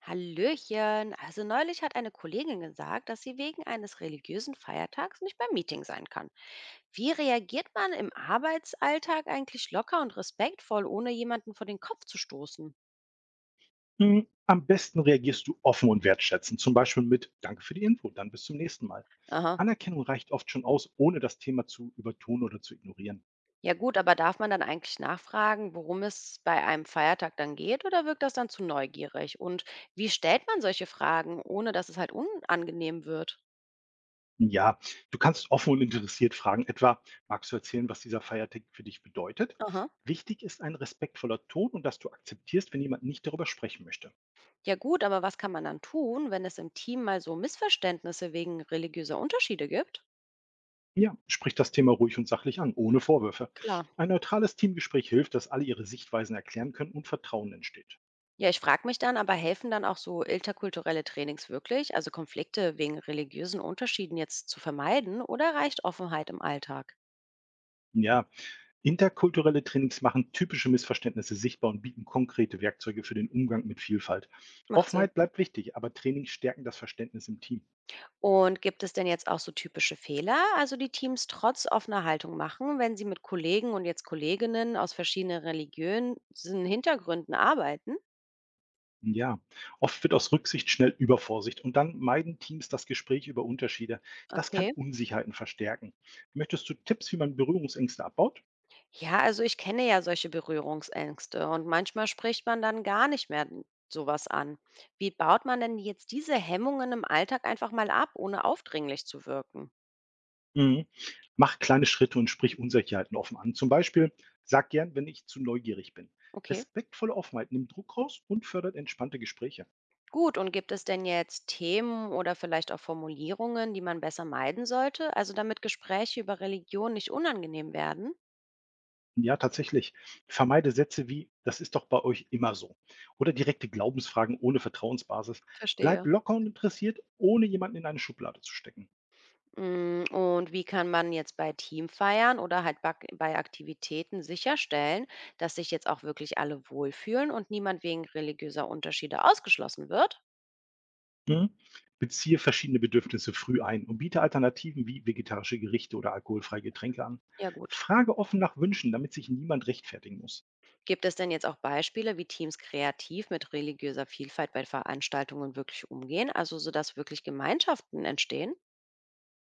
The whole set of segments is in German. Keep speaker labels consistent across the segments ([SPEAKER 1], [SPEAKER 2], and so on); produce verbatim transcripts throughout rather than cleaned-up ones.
[SPEAKER 1] Hallöchen. Also neulich hat eine Kollegin gesagt, dass sie wegen eines religiösen Feiertags nicht beim Meeting sein kann. Wie reagiert man im Arbeitsalltag eigentlich locker und respektvoll, ohne jemanden vor den Kopf zu stoßen?
[SPEAKER 2] Hm, am besten reagierst du offen und wertschätzend, zum Beispiel mit Danke für die Info, dann bis zum nächsten Mal.
[SPEAKER 1] Aha.
[SPEAKER 2] Anerkennung reicht oft schon aus, ohne das Thema zu übertun oder zu ignorieren.
[SPEAKER 1] Ja gut, aber darf man dann eigentlich nachfragen, worum es bei einem Feiertag dann geht oder wirkt das dann zu neugierig? Und wie stellt man solche Fragen, ohne dass es halt unangenehm wird?
[SPEAKER 2] Ja, du kannst offen und interessiert fragen, etwa, magst du erzählen, was dieser Feiertag für dich bedeutet?
[SPEAKER 1] Aha.
[SPEAKER 2] Wichtig ist ein respektvoller Ton und dass du akzeptierst, wenn jemand nicht darüber sprechen möchte.
[SPEAKER 1] Ja gut, aber was kann man dann tun, wenn es im Team mal so Missverständnisse wegen religiöser Unterschiede gibt?
[SPEAKER 2] Ja, sprich das Thema ruhig und sachlich an, ohne Vorwürfe.
[SPEAKER 1] Klar.
[SPEAKER 2] Ein neutrales Teamgespräch hilft, dass alle ihre Sichtweisen erklären können und Vertrauen entsteht.
[SPEAKER 1] Ja, ich frage mich dann, aber helfen dann auch so interkulturelle Trainings wirklich, also Konflikte wegen religiösen Unterschieden jetzt zu vermeiden oder reicht Offenheit im Alltag?
[SPEAKER 2] Ja, interkulturelle Trainings machen typische Missverständnisse sichtbar und bieten konkrete Werkzeuge für den Umgang mit Vielfalt.
[SPEAKER 1] Macht Sinn.
[SPEAKER 2] Offenheit bleibt wichtig, aber Trainings stärken das Verständnis im Team.
[SPEAKER 1] Und gibt es denn jetzt auch so typische Fehler, also die Teams trotz offener Haltung machen, wenn sie mit Kollegen und jetzt Kolleginnen aus verschiedenen religiösen Hintergründen arbeiten?
[SPEAKER 2] Ja, oft wird aus Rücksicht schnell Übervorsicht und dann meiden Teams das Gespräch über Unterschiede. Das kann
[SPEAKER 1] Okay.
[SPEAKER 2] Unsicherheiten verstärken. Möchtest du Tipps, wie man Berührungsängste abbaut?
[SPEAKER 1] Ja, also ich kenne ja solche Berührungsängste und manchmal spricht man dann gar nicht mehr n- sowas an. Wie baut man denn jetzt diese Hemmungen im Alltag einfach mal ab, ohne aufdringlich zu wirken?
[SPEAKER 2] Mhm. Mach kleine Schritte und sprich Unsicherheiten offen an. Zum Beispiel, sag gern, wenn ich zu neugierig bin.
[SPEAKER 1] Okay,
[SPEAKER 2] Respektvolle Offenheit nimmt Druck raus und fördert entspannte Gespräche.
[SPEAKER 1] gut. Und gibt es denn jetzt Themen oder vielleicht auch Formulierungen, die man besser meiden sollte, also damit Gespräche über Religion nicht unangenehm werden?
[SPEAKER 2] Ja, tatsächlich. Vermeide Sätze wie „Das ist doch bei euch immer so“ oder direkte Glaubensfragen ohne Vertrauensbasis.
[SPEAKER 1] Verstehe.
[SPEAKER 2] Bleib locker und interessiert, ohne jemanden in eine Schublade zu stecken.
[SPEAKER 1] Hm, und wie kann man jetzt bei Teamfeiern oder halt bak bei Aktivitäten sicherstellen, dass sich jetzt auch wirklich alle wohlfühlen und niemand wegen religiöser Unterschiede ausgeschlossen wird?
[SPEAKER 2] Mhm. Beziehe verschiedene Bedürfnisse früh ein und biete Alternativen wie vegetarische Gerichte oder alkoholfreie Getränke an.
[SPEAKER 1] Ja, gut.
[SPEAKER 2] Frage offen nach Wünschen, damit sich niemand rechtfertigen muss.
[SPEAKER 1] Gibt es denn jetzt auch Beispiele, wie Teams kreativ mit religiöser Vielfalt bei Veranstaltungen wirklich umgehen, also sodass wirklich Gemeinschaften entstehen?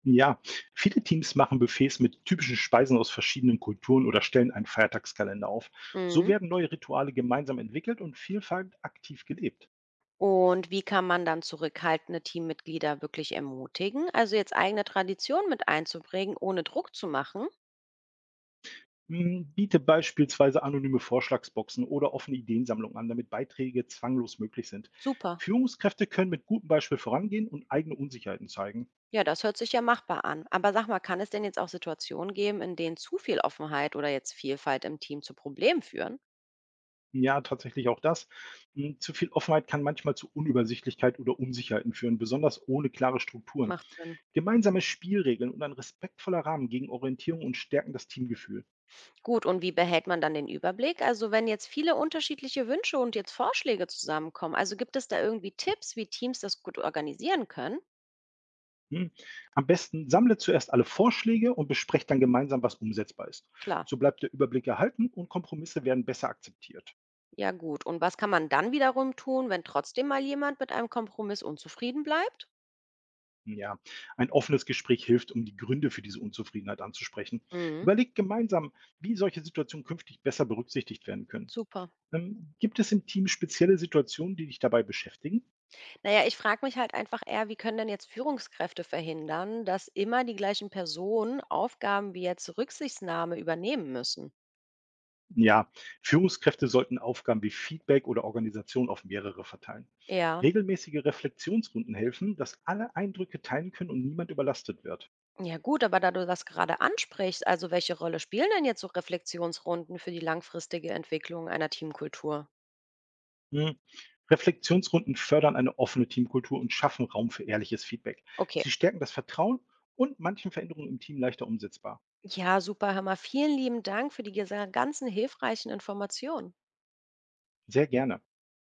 [SPEAKER 2] Ja, viele Teams machen Buffets mit typischen Speisen aus verschiedenen Kulturen oder stellen einen Feiertagskalender auf. So
[SPEAKER 1] Mhm.
[SPEAKER 2] werden neue Rituale gemeinsam entwickelt und Vielfalt aktiv gelebt.
[SPEAKER 1] Und wie kann man dann zurückhaltende Teammitglieder wirklich ermutigen, also jetzt eigene Traditionen mit einzubringen, ohne Druck zu machen?
[SPEAKER 2] Hm, biete beispielsweise anonyme Vorschlagsboxen oder offene Ideensammlungen an, damit Beiträge zwanglos möglich sind.
[SPEAKER 1] Super.
[SPEAKER 2] Führungskräfte können mit gutem Beispiel vorangehen und eigene Unsicherheiten zeigen.
[SPEAKER 1] Ja, das hört sich ja machbar an. Aber sag mal, kann es denn jetzt auch Situationen geben, in denen zu viel Offenheit oder jetzt Vielfalt im Team zu Problemen führen?
[SPEAKER 2] Ja, tatsächlich auch das. Hm, zu viel Offenheit kann manchmal zu Unübersichtlichkeit oder Unsicherheiten führen, besonders ohne klare Strukturen.
[SPEAKER 1] Macht Sinn.
[SPEAKER 2] Gemeinsame Spielregeln und ein respektvoller Rahmen gegen Orientierung und stärken das Teamgefühl.
[SPEAKER 1] Gut, und wie behält man dann den Überblick? Also wenn jetzt viele unterschiedliche Wünsche und jetzt Vorschläge zusammenkommen, also gibt es da irgendwie Tipps, wie Teams das gut organisieren können?
[SPEAKER 2] Hm. Am besten sammle zuerst alle Vorschläge und besprecht dann gemeinsam, was umsetzbar ist.
[SPEAKER 1] Klar,
[SPEAKER 2] So bleibt der Überblick erhalten und Kompromisse werden besser akzeptiert.
[SPEAKER 1] ja gut. Und was kann man dann wiederum tun, wenn trotzdem mal jemand mit einem Kompromiss unzufrieden bleibt?
[SPEAKER 2] Ja, ein offenes Gespräch hilft, um die Gründe für diese Unzufriedenheit anzusprechen.
[SPEAKER 1] Mhm.
[SPEAKER 2] Überlegt gemeinsam, wie solche Situationen künftig besser berücksichtigt werden können.
[SPEAKER 1] Super.
[SPEAKER 2] Ähm, gibt es im Team spezielle Situationen, die dich dabei beschäftigen?
[SPEAKER 1] Naja, ich frage mich halt einfach eher, wie können denn jetzt Führungskräfte verhindern, dass immer die gleichen Personen Aufgaben wie jetzt Rücksichtnahme übernehmen müssen?
[SPEAKER 2] Ja, Führungskräfte sollten Aufgaben wie Feedback oder Organisation auf mehrere verteilen.
[SPEAKER 1] Ja.
[SPEAKER 2] Regelmäßige Reflexionsrunden helfen, dass alle Eindrücke teilen können und niemand überlastet wird.
[SPEAKER 1] Ja gut, aber da du das gerade ansprichst, also welche Rolle spielen denn jetzt so Reflexionsrunden für die langfristige Entwicklung einer Teamkultur?
[SPEAKER 2] Hm. Reflexionsrunden fördern eine offene Teamkultur und schaffen Raum für ehrliches Feedback.
[SPEAKER 1] Okay.
[SPEAKER 2] Sie stärken das Vertrauen und manchen Veränderungen im Team leichter umsetzbar.
[SPEAKER 1] Ja, super, Hammer. Vielen lieben Dank für die gesa- ganzen hilfreichen Informationen.
[SPEAKER 2] Sehr gerne.